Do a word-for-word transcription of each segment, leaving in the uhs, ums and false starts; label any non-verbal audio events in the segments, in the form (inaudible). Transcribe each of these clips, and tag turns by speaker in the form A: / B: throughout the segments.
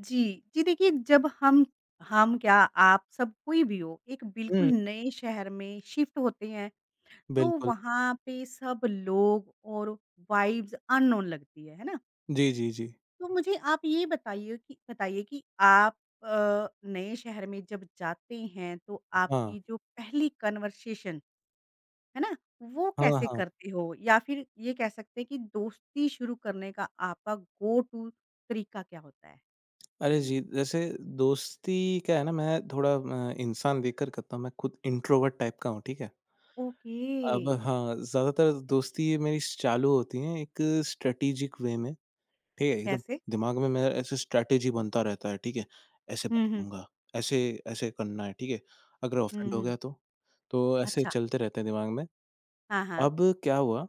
A: जी, जी देखिए जब हम हम क्या आप सब कोई भी हो, एक
B: हुँ,
A: बिल्कुल नए शहर में शिफ्ट होते हैं, तो
B: बिल्कुल।
A: वहाँ पे सब लोग और वाइब्स अननोन लगती है, है ना?
B: जी, जी, जी।
A: तो मुझे आप ये बताइए कि बताइए कि आप अ, नए शहर में जब जाते हैं तो
B: हाँ।
A: आपकी जो पहली कन्वर्सेशन है ना, वो
B: हाँ,
A: कैसे
B: हाँ।
A: करते हो? या फिर ये कह सकते हैं कि दोस्ती शुरू करने का आपका गो टू तरीका क्या होता है?
B: अरे
A: जी।
B: जी, जैसे दोस्ती क्या है ना मैं थोड़ा अ, इंसान देखकर करता हूँ, मैं खुद इंट्रोवर्ट टाइप का हूँ, ठीक है?
A: ओके।
B: अब हाँ, ज़्यादातर दोस्ती मेरी चालू होती हैं एक स्ट्रैटेजिक वे में, ठीक है? एकदम
A: कैसे?
B: दिमाग में मेरा ऐसे स्ट्रैटेजी बनता रहता है, ठीक है? ऐसे बात
A: हुँ, हुँ।
B: करूँगा, ऐसे ऐसे करना है, ठीक है? अगर
A: हुँ,
B: ऑफेंड हो
A: हुँ।
B: गया तो? तो ऐसे
A: अच्छा।
B: चलते रहते हैं दिमाग में।
A: हाँ, हाँ।
B: अब क्या हुआ,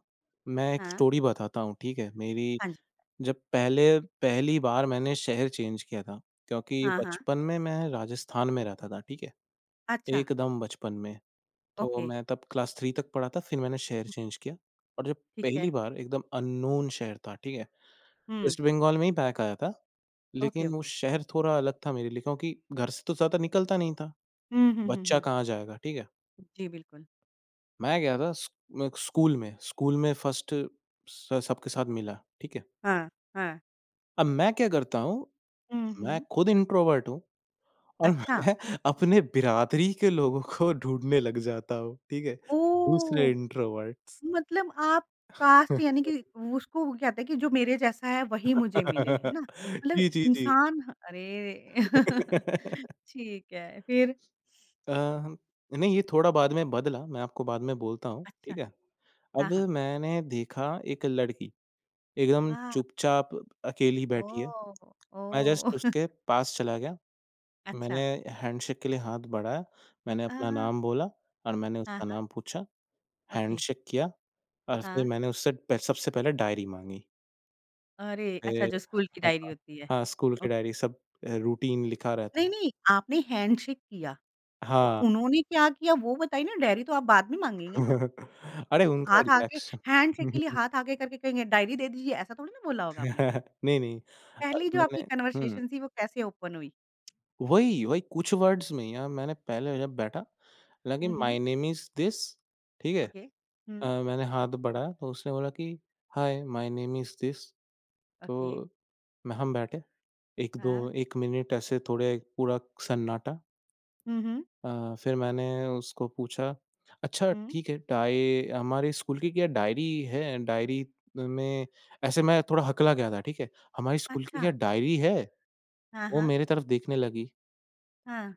B: मैं एक
A: हाँ।
B: स्टोरी बताता हूँ, ठीक है? मेरी
A: हाँ जी।
B: जब पहले पहली बार मैंने शहर चेंज किया था, क्योंकि
A: हाँ, हाँ।
B: बचपन में मैं राजस्थान में रहता था, ठीक है?
A: अच्छा,
B: एकदम बचपन में। तो
A: ओके।
B: मैं तब क्लास तीन तक पढ़ा था, फिर मैंने शहर
A: हुँ,
B: चेंज किया और जब
A: ठीक है।
B: पहली बार एकदम अननोन शहर था, ठीक है?
A: हुँ।
B: वेस्ट बंगाल में ही बैक आया था,
A: ओके,
B: लेकिन वो
A: ओके।
B: शहर थोड़ा अलग था मेरे लिए क्योंकि घर से तो ज़्यादा निकलता नहीं था।
A: हुँ, हुँ, हुँ,
B: बच्चा
A: हुँ।
B: कहाँ जाएगा, ठीक है?
A: जी, बिल्कुल।
B: मैं गया था स्क म स्कूल में, स्कूल में फर्स्ट स सबके साथ मिला, ठीक है?
A: हाँ, हाँ।
B: अब मैं क्या करता हूँ,
A: हुँ,
B: मैं
A: हुँ।
B: खुद इंट्रोवर्ट हूँ। और
A: अच्छा।
B: मैं (laughs) अपने बिरादरी के लोगों को ढूँढने लग जाता हूँ, ठीक है?
A: ओह!
B: दूसरे इंट्रोवर्ट्स।
A: मतलब आप कास्ट यानी कि उसको वो कहते हैं कि जो मेरे जैसा है वही मुझे मिले, है
B: (laughs)
A: ना? मतलब
B: जी, जी, जी।
A: इंसान ह अरे! (laughs)
B: (laughs)
A: ठीक है, फिर?
B: अ, नहीं ये थोड़ा बाद में बदला, मैं आपको बाद में बोलता हूँ, ठीक
A: अच्छा।
B: है?
A: हाँ,
B: अब
A: हाँ।
B: मैंने देखा एक लड़की, एकदम
A: हाँ,
B: चुपचाप अकेली बैठी है।
A: ओह!
B: मैं जस्ट
A: ओह!
B: उसके
A: (laughs)
B: पास चला गया, मैंने
A: अच्छा।
B: हैंडशेक के लिए हाथ बढ़ाया, मैंने
A: अ,
B: अपना नाम बोला और मैंने
A: हाँ।
B: उसका नाम पूछा।
A: ओके,
B: हैंडशेक किया और फिर
A: हाँ।
B: मैंने उससे प सबसे पहले डायरी माँगी।
A: अरे! अच्छा
B: फिर
A: जो स्कूल की
B: हाँ,
A: डायरी होती है।
B: हाँ, स्कूल की
A: ओके।
B: डायरी सब अ, रूटीन लिखा रहता
A: नहीं, नहीं, आपने हैंडशेक किया, तो
B: हाँ।
A: उन्होंने क्या किया वो बताइए ना, डायरी तो आप बाद में माँगेंगे ना।
B: (laughs) अरे उनका
A: हाथ आगे
B: रिएक्शन
A: हैंडशेक के लिए
B: (laughs)
A: हाथ आगे करके कहेंगे डायरी दे दीजिए, ऐसा थोड़ी ना बोला होगा आपने।
B: नहीं, नहीं अ,
A: पहली जो आपकी
B: मैंने हुँ,
A: कन्वर्सेशन थी वो कैसे ओपन हुई?
B: वही, वही कुछ वर्ड्स में यार मैंने पहले जब बैठा हालाँकि
A: हुँ, हुँ।
B: माय नेम इज़ दिस ठीक है?
A: ओके। हुँ,
B: अ, मैंने हाथ बढ़ाया तो उसने बोला कि, "hi, my name is this"
A: okay,
B: तो मैं हम बैठे एक दो
A: हाँ।
B: एक मिनट ऐसे थोड़े पूरा सन्नाटा
A: हुँ, हुँ,
B: अ, फिर मैंने उसको पूछा, "अच्छा
A: हुँ।
B: ठीक है, डाय हमारे स्कूल की क्या डायरी है? डायरी में" ऐसे मैं थोड़ा हकला गया था, ठीक है? "हमारी स्कूल की
A: अच्छा,
B: क्या डायरी है?"
A: हाँ,
B: वो
A: हाँ,
B: मेरे तरफ देखने लगी।
A: हाँ।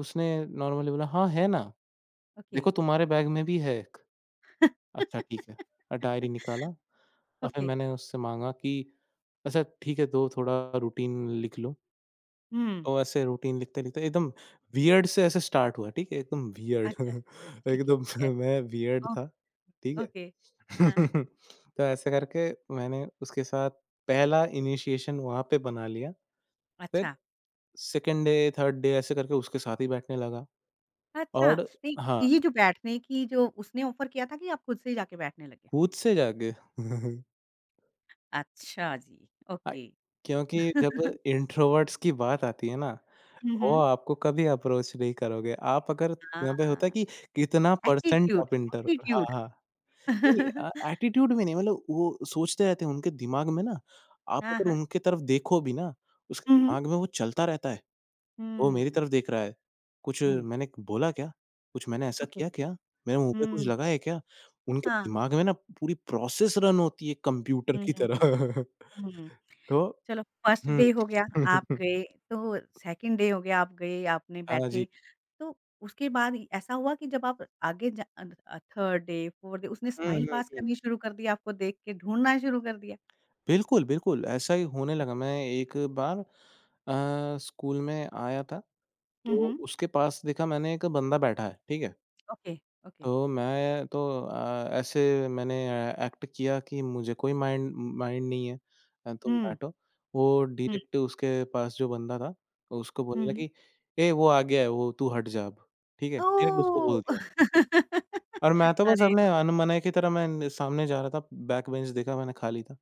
B: उसने नॉर्मली बोला, "हाँ, है ना।
A: ओके,
B: देखो तुम्हारे बैग में भी है एक।" "अच्छा ठीक है।" अ, डायरी निकाला और फिर
A: ओके।
B: मैंने उससे माँगा कि, "अच्छा ठीक है, दो थोड़ा रूटीन लिख लूँ।"
A: हुँ।
B: तो ऐसे रूटीन लिखते-लिखते एकदम वियर्ड से ऐसे स्टार्ट हुआ, ठीक है? एकदम वियर्ड
A: अच्छा,
B: (laughs)
A: ठीक है,
B: एकदम
A: ठीक है।
B: (laughs) मैं वियर्ड
A: ओ
B: था, ठीक
A: ओके,
B: है?
A: हाँ।
B: (laughs) तो ऐसे करके मैंने उसके साथ पहला इनिशिएशन वहाँ पे बना लिया, फिर
A: अच्छा।
B: सेकंड डे, थर्ड डे ऐसे करके उसके साथ ही बैठने लगा
A: अच्छा,
B: और
A: नहीं
B: हाँ,
A: ये जो बैठने की जो उसने ऑफ़र किया था कि आप खुद से ही जाके बैठने लगे?
B: खुद से जाके (laughs)
A: अच्छा जी,
B: अ,
A: ओके।
B: क्योंकि जब
A: (laughs)
B: इंट्रोवर्ट्स की बात आती है ना,
A: हुँ,
B: वो
A: हुँ।
B: आपको कभी अप्रोच नहीं करोगे। आप अगर यहाँ पे होता है
A: हाँ।
B: कि कितना परसेंट
A: एटीट्यूड।
B: आप इंटर हाँ,
A: एटीट्यूड।
B: हाँ। नहीं अ,
A: (laughs)
B: एटीट्यूड में नहीं मतलब वो सोचते रहते हैं उनके दिमाग में ना, आप
A: हाँ,
B: अगर
A: हाँ।
B: उनके तरफ देखो भी ना, उसके
A: हुँ, हुँ।
B: दिमाग में वो चलता रहता है, वो मेरी
A: हुँ,
B: तरफ देख रहा है, कुछ
A: हुँ,
B: मैंने बोला क्या? कुछ मैंने ऐसा
A: ओके।
B: किया क्या? मेरे मुँह पे कुछ
A: हुँ,
B: लगा है क्या? उनके
A: हाँ।
B: दिमाग में ना पूरी प्रोसेस रन होती है कंप्यूटर
A: हुँ,
B: की
A: हुँ, हुँ,
B: तरह।
A: हुँ, हुँ।
B: (laughs) तो
A: चलो फर्स्ट
B: हुँ।
A: डे हो गया, आप
B: (laughs)
A: गए। तो सेकंड डे हो गया आप गए, आपने
B: हाँ जी।
A: बैठे। तो उसके बाद ही ऐसा हुआ कि जब आप आगे जा अद अ, थर्ड डे, फोर्थ डे उसने
B: हुँ,
A: स्माइल
B: हुँ,
A: पास
B: हुँ।
A: करनी शुरू कर दी आपको देख के, ढूँढना शुरू कर दिया?
B: बिल्कुल, बिल्कुल ऐसा ही होने लगा। मैं एक बार अ, स्कूल में आया था
A: हुँ,
B: तो
A: हुँ।
B: उसके पास देखा मैंने एक बंदा बैठा है, ठीक है?
A: Okay, okay.
B: तो मैं तो अ, ऐसे मैंने अ, एक्ट किया कि मुझे कोई माइंड माइंड नहीं है अ, तुम
A: हुँ,
B: बैठो। वो
A: हुँ,
B: डायरेक्ट उसके पास जो बंदा था, उसको बोलने
A: हुँ, हुँ।
B: लगी, "ए वो आ गया है, वो तू हट जा अब।" ठीक है? डायरेक्ट उसको बोल
A: ओह!
B: दिया
A: (laughs)
B: और मैं तो बस
A: अरे
B: अपने
A: वाह!
B: अनमने की तरह मैं न सामने जा रहा था, बैक बेंच देखा मैंने खाली था,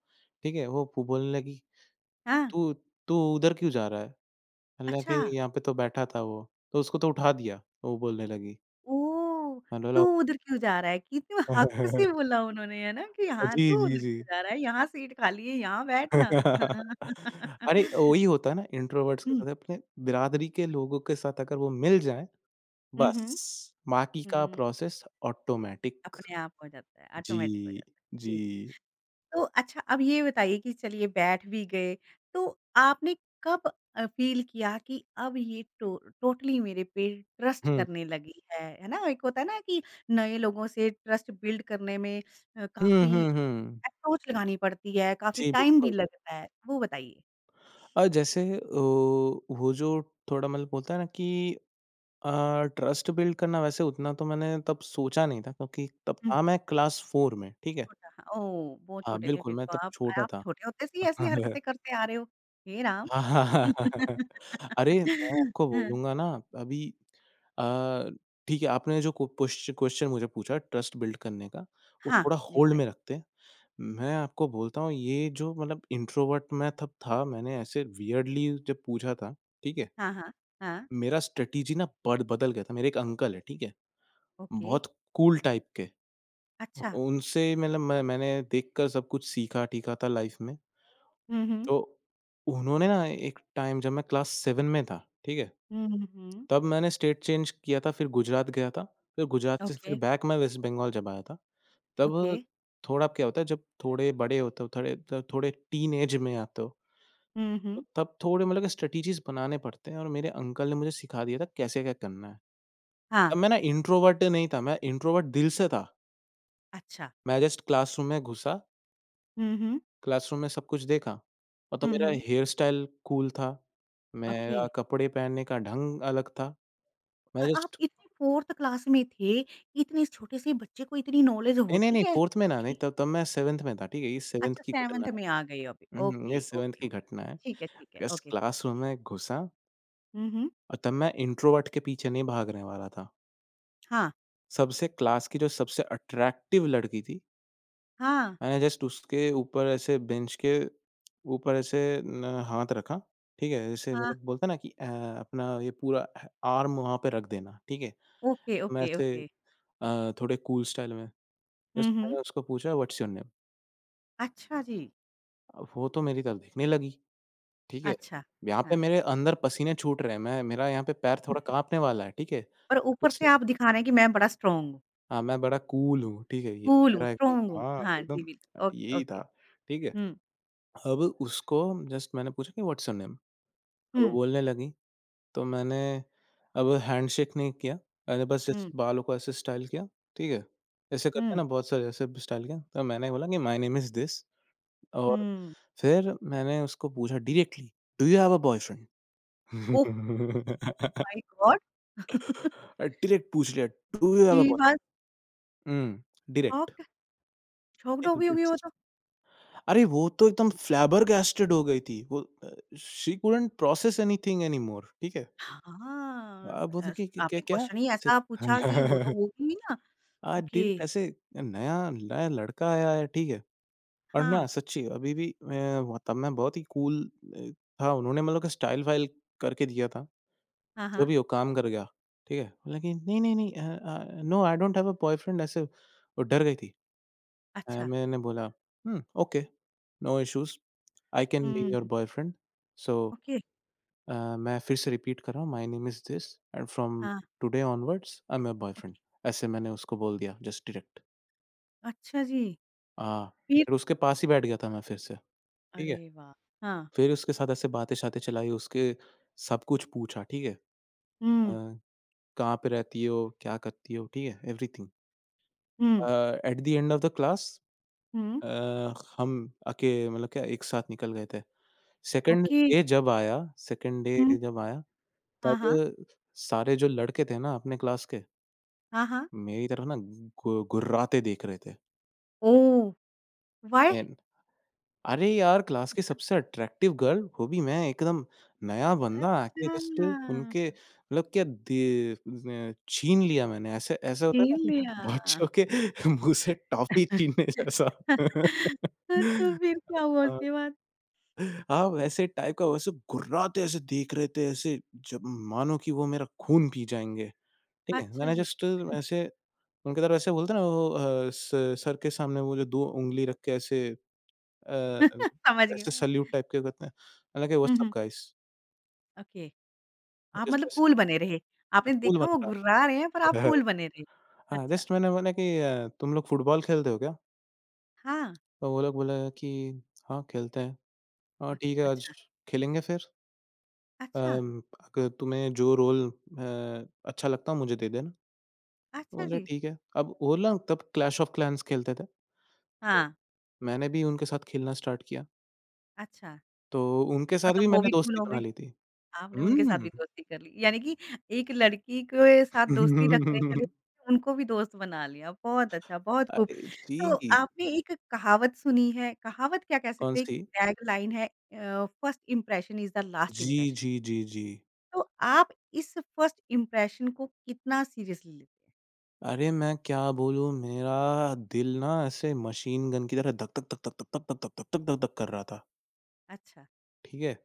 B: ठीक है? वो पु बोलने लगी,
A: हाँ,
B: "तू तू उधर क्यों जा रहा है?" मैंने कहा
A: अच्छा।
B: कि, "यहाँ पे तो बैठा था वो।" तो उसको तो उठा दिया, वो बोलने लगी।
A: ओह!
B: हेलो
A: तू
B: लो
A: उधर क्यों जा रहा है? कितने हक
B: (laughs)
A: से बोला उन्होंने, है ना? कि हाँ,
B: जी,
A: तू
B: जी,
A: उधर
B: जी।
A: क्यों जा रहा है? यहाँ सीट खाली है, यहाँ बैठना।
B: (laughs) अरे,
A: (laughs)
B: वही होता है ना इंट्रोवर्ट्स के
A: हुँ,
B: साथ अपने बिरादरी के लोगों के साथ अगर वो मिल जाएँ,
A: हुँ, हुँ।
B: बस बाकी का
A: हुँ,
B: प्रोसेस ऑटोमैटिक।
A: अपने आप हो जाता है, ऑटोमेटिक हो
B: जी,
A: जाता है।
B: जी।
A: जी, तो अच्छा अब ये बताइए कि चलिए बैठ भी गए, तो आपने कब अ, फ़ील किया कि अब ये टो टोटली मेरे पे ट्रस्ट
B: हुँ।
A: करने लगी है, है ना? एक होता है ना कि नए लोगों से ट्रस्ट बिल्ड करने में अ,
B: हुँ,
A: काफ़ी
B: हुँ, हुँ।
A: अप्रोच लगानी पड़ती है, काफ़ी
B: जी,
A: टाइम भी
B: बिल्कुल।
A: लगता है, वो बताइए?
B: अ, जैसे अ, वो जो थोड़ा मतलब होता है ना कि अ, ट्रस्ट बिल्ड करना वैसे उतना तो मैंने तब सोचा नहीं था क्योंकि तब
A: हुँ।
B: था मैं क्लास चार में, ठीक है?
A: छोटा हाँ, ओह! बहुत
B: हाँ,
A: छोटे थे
B: बिल्कुल
A: फिर
B: मैं
A: तो
B: तब
A: आप।
B: छोटा
A: आप
B: था।
A: छोटे होते से ही ऐसी
B: (laughs)
A: हरकतें करते आ रहे हो, हे राम!
B: (laughs) हाँ, हाँ, हाँ, हाँ, हाँ। अरे! मैं
A: (laughs)
B: आपको
A: हाँ,
B: बोलूँगा ना अभी अ, ठीक है, आपने जो को पोश्च क्वेश्चन मुझे पूछा ट्रस्ट बिल्ड करने का, वो
A: हाँ,
B: थोड़ा
A: जी
B: होल्ड में
A: बताइए।
B: रखते हैं। मैं आपको बोलता हूँ ये जो मतलब इंट्रोवर्ट मैं तब था, मैंने ऐसे वियर्डली जब पूछा था, ठीक है?
A: हाँ, हाँ, हाँ,
B: मेरा स्ट्रैटेजी ना बड बदल गया था। मेरे एक अंकल हैं, ठीक है?
A: ओके,
B: बहुत कूल टाइप के।
A: अच्छा।
B: उनसे मतलब मैं मैंने देखकर सब कुछ सीखा-टीखा था लाइफ़ में।
A: हुँ, हुँ,
B: तो उन्होंने ना एक टाइम जब मैं क्लास सात में था, ठीक है?
A: हुँ, हुँ, हुँ,
B: तब मैंने स्टेट चेंज किया था, फिर गुजरात गया था, फिर गुजरात से फिर
A: ओके,
B: बैक मैं वेस्ट बंगाल जब आया था,
A: ओके,
B: तब थोड़ा क्या होता है जब थोड़े बड़े होते हो, थोड़े त थोड़े टीनेज में आते हो,
A: हुँ,
B: तो
A: हुँ,
B: तब थोड़े मतलब स्ट्रैटेजीज़ बनाने पड़ते हैं और मेरे अंकल ने मुझे सिखा दिया था कैसे क्या करना है।
A: हाँ,
B: तब मैं ना इंट्रोवर्ट नहीं था, मैं इंट्रोवर्ट दिल से था।
A: अच्छा।
B: मैं जस्ट क्लासरूम में घुसा
A: हुँ, हुँ,
B: क्लासरूम में सब कुछ देखा, मतलब
A: हुँ,
B: मेरा
A: हुँ,
B: हेयर स्टाइल कूल था,
A: ओके।
B: मेरा कपड़े पहनने का ढंग अलग था।
A: अ,
B: मैं
A: आप
B: जस्ट
A: इतनी फोर्थ क्लास में थे, इतने छोटे से बच्चे को इतनी नॉलेज
B: नहीं, नहीं,
A: होती
B: नहीं
A: है?
B: फोर्थ में ना नहीं तब तब मैं सेवंथ में था, ठीक है? ये सेवंथ
A: अच्छा
B: की घटना
A: सेवंथ में आ गए अभी।
B: है। हुँ, ये
A: ओके,
B: सेवंथ
A: ओके,
B: की
A: ओके।
B: घटना है।
A: ठीक है, ठीक है,
B: बस
A: ओके।
B: क्लासरूम में घुसा
A: हुँ, हुँ।
B: और तब मैं इंट्रोवर्ट के पीछे नहीं भागने वाला था।
A: हाँ,
B: सबसे क्लास की जो सबसे अट्रैक्टिव लड़की थी,
A: हाँ,
B: मैंने जस्ट उसके ऊपर ऐसे बेंच के ऊपर ऐसे न हाथ रखा, ठीक है? जैसे
A: हाँ।
B: मतलब बोलते हैं ना कि अ, अपना ये पूरा आर्म वहाँ पे रख देना, ठीक है?
A: ओके,
B: एकदम
A: ओके,
B: ऐसे
A: ओके।
B: अ, थोड़े कूल स्टाइल में।
A: हुँ,
B: जस्ट
A: हुँ।
B: मैंने उसको पूछा व्हाट्स योर नेम?
A: अच्छा जी,
B: अब वो तो मेरी तरफ देखने लगी, ठीक है?
A: अच्छा।
B: यहाँ पे
A: हाँ,
B: मेरे अंदर पसीने छूट रहे हैं, मैं मेरा यहाँ पे पैर थोड़ा काँपने वाला है, ठीक है?
A: पर ऊपर से
B: उसने
A: आप दिखा रहे हैं कि मैं बड़ा स्ट्रॉन्ग हूँ,
B: हाँ, मैं बड़ा कूल हूँ, ठीक है? ये
A: कूल हूँ,
B: मेरा एकदम
A: स्ट्रॉन्ग हूँ।
B: हाँ,
A: हाँ जी,
B: एकदम
A: बिल्कुल। ओके,
B: यही
A: ओके।
B: था, ठीक है?
A: हुँ,
B: अब उसको जस्ट मैंने पूछा कि व्हाट्स योर नेम?
A: हुँ,
B: वो बोलने लगी, तो मैंने अब हैंडशेक नहीं किया, मैंने बस जस्ट
A: हुँ,
B: बालों को ऐसे स्टाइल किया, ठीक है? ऐसे करते हैं
A: हुँ,
B: ना बहुत सारे ऐसे स्टाइल किया, तो मैंने बोला कि माय नेम इज़ दिस। और
A: हुँ।
B: फिर मैंने उसको पूछा directly, "do you have a boyfriend?"
A: Oh! Oh my
B: (laughs)
A: god!
B: Uh, direct पूछ लिया, "do you have
A: she
B: a boyfriend?"
A: Was
B: hmm, direct.
A: Shocked. Shocked हो गई होंगी वो तो।
B: अरे वो तो एकदम फ़्लैबरगैस्टेड हो गई थी। वो uh, she couldn't process anything anymore ठीक है?
A: हाँ,
B: अब बोलती
A: एस
B: कि कि- क्या
A: आपने
B: क्या?
A: क्वेश्चन ही
B: ऐसे
A: ऐसा पूछा कि वो तो
B: (laughs)
A: होगी ही ना।
B: हाँ,
A: ओके,
B: डायरेक्ट ऐसे नया नया लड़का आया है, ठीक है? और ना
A: हाँ।
B: सच्ची अभी भी मैं तब मैं बहुत ही कूल अ, था उन्होंने मतलब स्टाइल-वाइल करके दिया था।
A: हाँ,
B: जो
A: हाँ।
B: भी हो काम कर गया, ठीक है? बोला कि नहीं, नहीं, नहीं uh uh, no I don't have a boyfriend ऐसे वो डर गई थी। अ,
A: अच्छा।
B: मैंने बोला hmm, okay, no issues I can be
A: hmm.
B: Your boyfriend. So
A: okay.
B: अ, मैं फिर से रिपीट कर रहा हूँ my name is this and from
A: हाँ,
B: today onwards I am your boyfriend.
A: Okay.
B: ऐसे मैंने उसको बोल दिया जस्ट डायरेक्ट।
A: अच्छा जी,
B: हाँ,
A: फिर?
B: फिर उसके पास ही बैठ गया था मैं फिर से, ठीक
A: अरे
B: है?
A: वाह! हाँ।
B: फिर उसके साथ ऐसे बातें-शातें चलाई, उसके सब कुछ पूछा, ठीक है?
A: हुँ,
B: अ, कहाँ पे रहती हो? क्या करती हो? ठीक है? Everything.
A: Hmm,
B: uh, at the end of the class
A: hmm.
B: Uh, हम आके मतलब क्या एक साथ निकल गए थे। Second
A: okay.
B: डे जब आया सेकंड डे
A: हुँ।
B: जब आया
A: हाँ,
B: तब
A: हाँ।
B: सारे जो लड़के थे ना अपने क्लास के,
A: हाँ, हाँ।
B: मेरी तरफ ना घु घुर्राते देख रहे थे।
A: ओह! व्हाय?
B: एंड अरे यार! क्लास की सबसे अट्रैक्टिव गर्ल वो भी मैं एकदम नया बंदा आके
A: अच्छा,
B: जस्ट उनके मतलब क्या दे न छीन लिया मैंने ऐसे ऐसा होता
A: छीन
B: है ना
A: लिया।
B: कि बच्चों के (laughs) मुँह से टॉफ़ी छीनने जैसा।
A: तो
B: (laughs)
A: फिर क्या हुआ
B: हाँ।
A: उसके बाद?
B: हाँ, वैसे टाइप का वैसे गुर्राते ऐसे देख रहे थे ऐसे जब मानो कि वो मेरा खून पी जाएँगे, ठीक है?
A: अच्छा
B: मैंने
A: जी।
B: जस्ट ऐसे उनकी तरफ ऐसे बोलते हैं ना वो अ, स सर के सामने वो जो दो उँगली रख के ऐसे अ,
A: (laughs) समझ गई
B: ऐसे
A: मैं।
B: सैल्यूट टाइप के करते हैं। मैंने कहा
A: hmm,
B: what's up
A: hmm.
B: Guys
A: okay. आप
B: जस्ट
A: मतलब
B: ऐसे
A: कूल बने रहे। आपने
B: कूल बन
A: देखा वो
B: रहा।
A: घुर्रा रहे हैं पर आप
B: था।
A: कूल बने रहे।
B: हाँ,
A: अच्छा।
B: जस्ट मैंने बोला कि अ, तुम लोग फुटबॉल खेलते हो क्या?
A: हाँ।
B: तो वो लोग बोले कि हाँ, खेलते हैं। हाँ,
A: अ,
B: ठीक है आज
A: अच्छा।
B: खेलेंगे फिर
A: अच्छा।
B: अम, अगर तुम्हें जो रोल अ, अच्छा लगता हो मुझे दे देना।
A: अच्छा
B: बोले
A: जी।
B: ठीक है। अब वो ना
A: अ,
B: तब क्लैश ऑफ क्लैन्स खेलते थे।
A: हाँ।
B: मैंने भी उनके साथ खेलना स्टार्ट किया,
A: अच्छा।
B: तो उनके साथ भी
A: मतलब वो
B: मैंने
A: भी कूल
B: दोस्ती
A: हो
B: बना
A: गए।
B: ली थी।
A: आपने उनके साथ
B: हुँ।
A: भी दोस्ती कर ली। यानी कि एक लड़की के साथ दोस्ती रखने के लिए
B: (laughs)
A: उनको भी दोस्त बना लिया। बहुत अच्छा, बहुत खूब।
B: अरे
A: तो
B: जी!
A: आपने एक कहावत सुनी है, कहावत क्या कह सकते हैं, एक
B: कौन-सी?
A: टैगलाइन है uh, first impression is the last
B: जी,
A: इंप्रेशन।
B: जी, जी, जी।
A: तो आप इस फर्स्ट इंप्रेशन को कितना सीरियसली लेते हैं?
B: अरे मैं क्या बोलूँ, मेरा दिल ना ऐसे मशीन गन की तरह धक धक धक धक धक धक धक धक धक धक धक कर रहा था,
A: अच्छा।
B: ठीक है?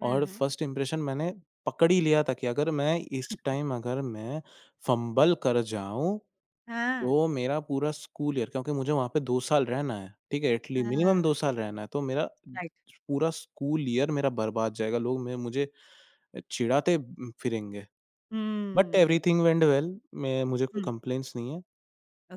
A: हुँ,
B: और
A: हुँ।
B: फर्स्ट इंप्रेशन मैंने पकड़ ही लिया था कि अगर मैं इस टाइम अगर मैं फंबल कर जाऊँ
A: हाँ,
B: तो मेरा पूरा स्कूल ईयर, क्योंकि मुझे वहाँ पे दो साल रहना है, ठीक है? इटली
A: हाँ,
B: मिनिमम दो साल रहना है, तो मेरा
A: राइट।
B: पूरा स्कूल ईयर मेरा बर्बाद जाएगा, लोग मैं मुझे चिढ़ाते उम, फिरेंगे। But
A: hmm,
B: everything went well, मैं मुझे कोई
A: हुँ,
B: कंप्लेंट्स नहीं है।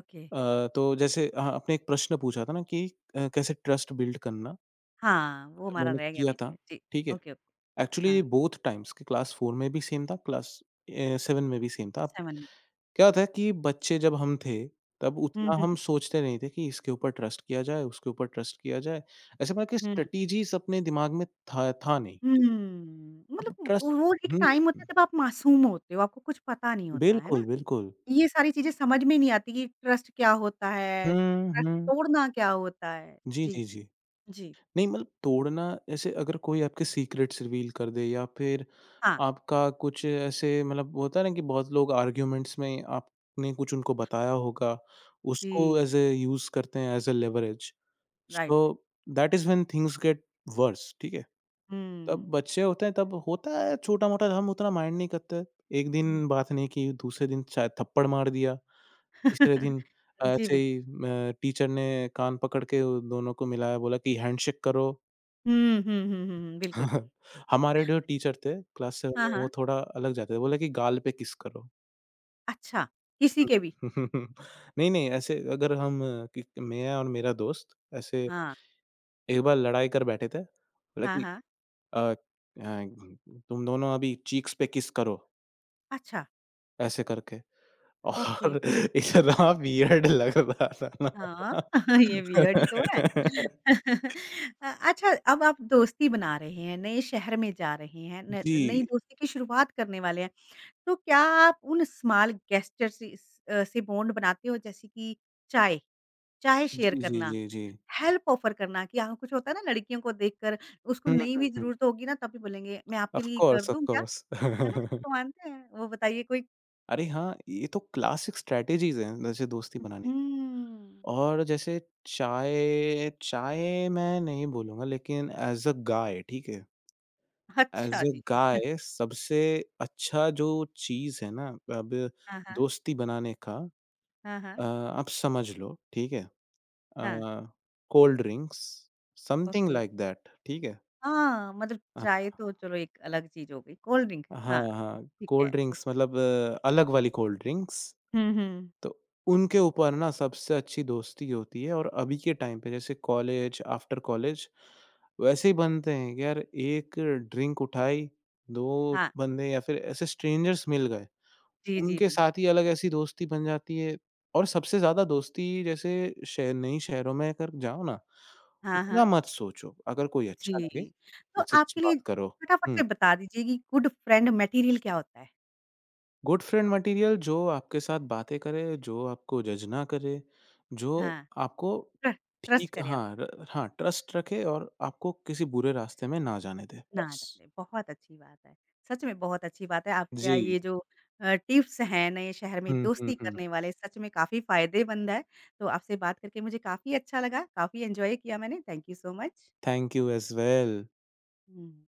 A: ओके।
B: अ, तो जैसे हाँ, आपने एक प्रश्न पूछा था ना कि अ, कैसे ट्रस्ट बिल्ड करना,
A: हाँ, वो हमारा
B: मैंने
A: रह गया
B: किया
A: बीच
B: था,
A: में। जी,
B: ठीक है?
A: Okay, okay.
B: एक्चुअली
A: हाँ,
B: बोथ टाइम्स कि क्लास चार में भी सेम था, क्लास ए सात में भी सेम था। अब
A: सात मिनट।
B: क्या होता है कि बच्चे जब हम थे, तब
A: हुँ,
B: उतना
A: हुँ,
B: हम सोचते नहीं थे कि इसके ऊपर ट्रस्ट किया जाए, उसके ऊपर ट्रस्ट किया जाए। ऐसे मतलब कि
A: हुँ,
B: स्ट्रैटेजीज़ अपने दिमाग में था था नहीं, ठीक है।
A: हुँ।
B: अब
A: मतलब
B: ट्रस्ट
A: वो एक
B: हुँ,
A: टाइम होता
B: हुँ।
A: है जब आप मासूम होते हो, आपको कुछ पता नहीं होता, है
B: बिल्कुल,
A: ना?
B: बिल्कुल।
A: ये सारी चीज़ें समझ में नहीं आती कि ट्रस्ट क्या होता है,
B: हुँ,
A: ट्रस्ट
B: हुँ।
A: तोड़ना क्या होता है?
B: जी,
A: जी,
B: जी, जी।
A: जी,
B: नहीं मतलब तोड़ना ऐसे, अगर कोई आपके सीक्रेट्स रिवील कर दे या फिर
A: हाँ,
B: आपका कुछ, ऐसे मतलब होता है ना कि बहुत लोग आर्ग्यूमेंट्स में आपने कुछ उनको बताया होगा, उसको
A: जी,
B: एज़ ए यूज़ करते हैं as a leverage.
A: Right, right.
B: So that is when things get worse, ठीक है? तब
A: हुँ,
B: बच्चे होते हैं तब होता है छोटा-मोटा, हम उतना माइंड नहीं करते। एक
A: हुँ।
B: दिन बात नहीं की, दूसरे दिन शायद थप्पड़ मार दिया, तीसरे दिन
A: (laughs) जी,
B: ऐसे ही
A: बिल्कुल।
B: म टीचर ने कान पकड़ के उन दोनों को मिलाया, बोला कि हैंडशेक करो।
A: हुँ, हुँ, हुँ, हुँ, हुँ, बिल्कुल।
B: (laughs) हमारे जो टीचर थे क्लास सात
A: हाँ,
B: में, वो
A: हाँ।
B: थोड़ा अलग जाते थे, बोले कि गाल पे किस करो।
A: अच्छा, किसी के भी?
B: (laughs) नहीं, नहीं ऐसे, अगर हम कि मैं और मेरा दोस्त ऐसे
A: हाँ,
B: एक बार लड़ाई कर बैठे थे, बोला
A: हाँ,
B: कि
A: हाँ।
B: अ अ, तुम दोनों अभी चीक्स पे किस करो,
A: अच्छा,
B: ऐसे करके।
A: ओके।
B: और (laughs) इतना वियर्ड लग रहा था
A: हाँ,
B: ना।
A: (laughs) ये वियर्ड ही तो है।
B: (laughs)
A: (laughs) अ, अच्छा अब आप दोस्ती बना रहे हैं, नए शहर में जा रहे हैं, न नई
B: जी।
A: दोस्ती की शुरुआत करने वाले हैं, तो क्या आप उन स्मॉल गेस्चर से स अ, से बॉन्ड बनाते हो जैसे कि चाय, चाय शेयर
B: जी, जी,
A: करना,
B: जी, जी।
A: हेल्प ऑफर करना कि हाँ, कुछ होता है ना लड़कियों को देखकर
B: (laughs)
A: उसको
B: हुँ,
A: नहीं
B: हुँ,
A: भी
B: हुँ।
A: ज़रूरत होगी ना तब भी बोलेंगे, "मैं आपके
B: ऑफ
A: लिए कर
B: कोर्स, ऑफ
A: दूँ क्या?"
B: कोर्स।
A: है ना? इसको
B: (laughs)
A: मानते हैं? वो बताइए कोई।
B: अरे हाँ, ये तो क्लासिक स्ट्रैटेजीज़ हैं, जैसे दोस्ती बनाने
A: हुँ।
B: की। और जैसे चाय चाय मैं नहीं बोलूँगा, लेकिन ऐज़ अ गाय, ठीक है? ऐज़
A: अच्छा
B: अ
A: जी।
B: गाय सबसे अच्छा जो चीज़ है ना, अब
A: हाँ, हाँ।
B: दोस्ती बनाने का
A: हाँ,
B: अ,
A: हाँ।
B: आप समझ लो, ठीक है? अ,
A: हाँ,
B: cold drinks, something
A: okay.
B: Like that, ठीक है?
A: हाँ, मतलब
B: अ,
A: चाय तो चलो एक अलग चीज़ हो गई, कोल्ड ड्रिंक
B: हाँ,
A: हाँ,
B: हाँ,
A: ठीक
B: कोल्ड
A: है,
B: ड्रिंक्स
A: ओके।
B: मतलब अ, अलग वाली कोल्ड ड्रिंक्स।
A: हुँ, हुँ।
B: तो उनके ऊपर ना सबसे अच्छी दोस्ती होती है, और अभी के टाइम पे जैसे कॉलेज, आफ्टर कॉलेज वैसे ही बनते हैं कि यार, एक ड्रिंक उठाई, दो
A: हाँ,
B: बंदे या फिर ऐसे स्ट्रेंजर्स मिल गए।
A: जी, जी,
B: उनके
A: जी।
B: साथ ही अलग ऐसी दोस्ती बन जाती है। और सबसे ज़्यादा दोस्ती जैसे शहर नई शहरों में अगर जाओ ना,
A: हाँ,
B: उतना
A: हाँ,
B: मत सोचो, अगर कोई अच्छा लगे
A: जी। तो
B: उससे
A: आपके लिए
B: बात करो।
A: फटाफट
B: हुँ।
A: से बता दीजिए कि गुड फ्रेंड मटेरियल क्या होता है?
B: गुड फ्रेंड मटेरियल जो आपके साथ बातें करे, जो आपको जज ना करे, जो
A: हाँ,
B: आपको
A: ट्र ट्रस्ट
B: ठीक
A: करें आप
B: हाँ, र हाँ, ट्रस्ट रखे और आपको किसी बुरे रास्ते में ना जाने दे,
A: ना
B: बस।
A: डरे, बहुत अच्छी बात है। सच में बहुत अच्छी बात है,
B: जी।
A: आपका ये जो अ, टिप्स हैं नए शहर में
B: हुँ, हुँ,
A: दोस्ती
B: हुँ।
A: करने वाले, सच में काफ़ी फ़ायदेमंद है। तो आपसे बात करके मुझे काफ़ी अच्छा लगा, काफ़ी एन्जॉय किया मैंने, thank you so much.
B: Thank you as well.
A: Hmm.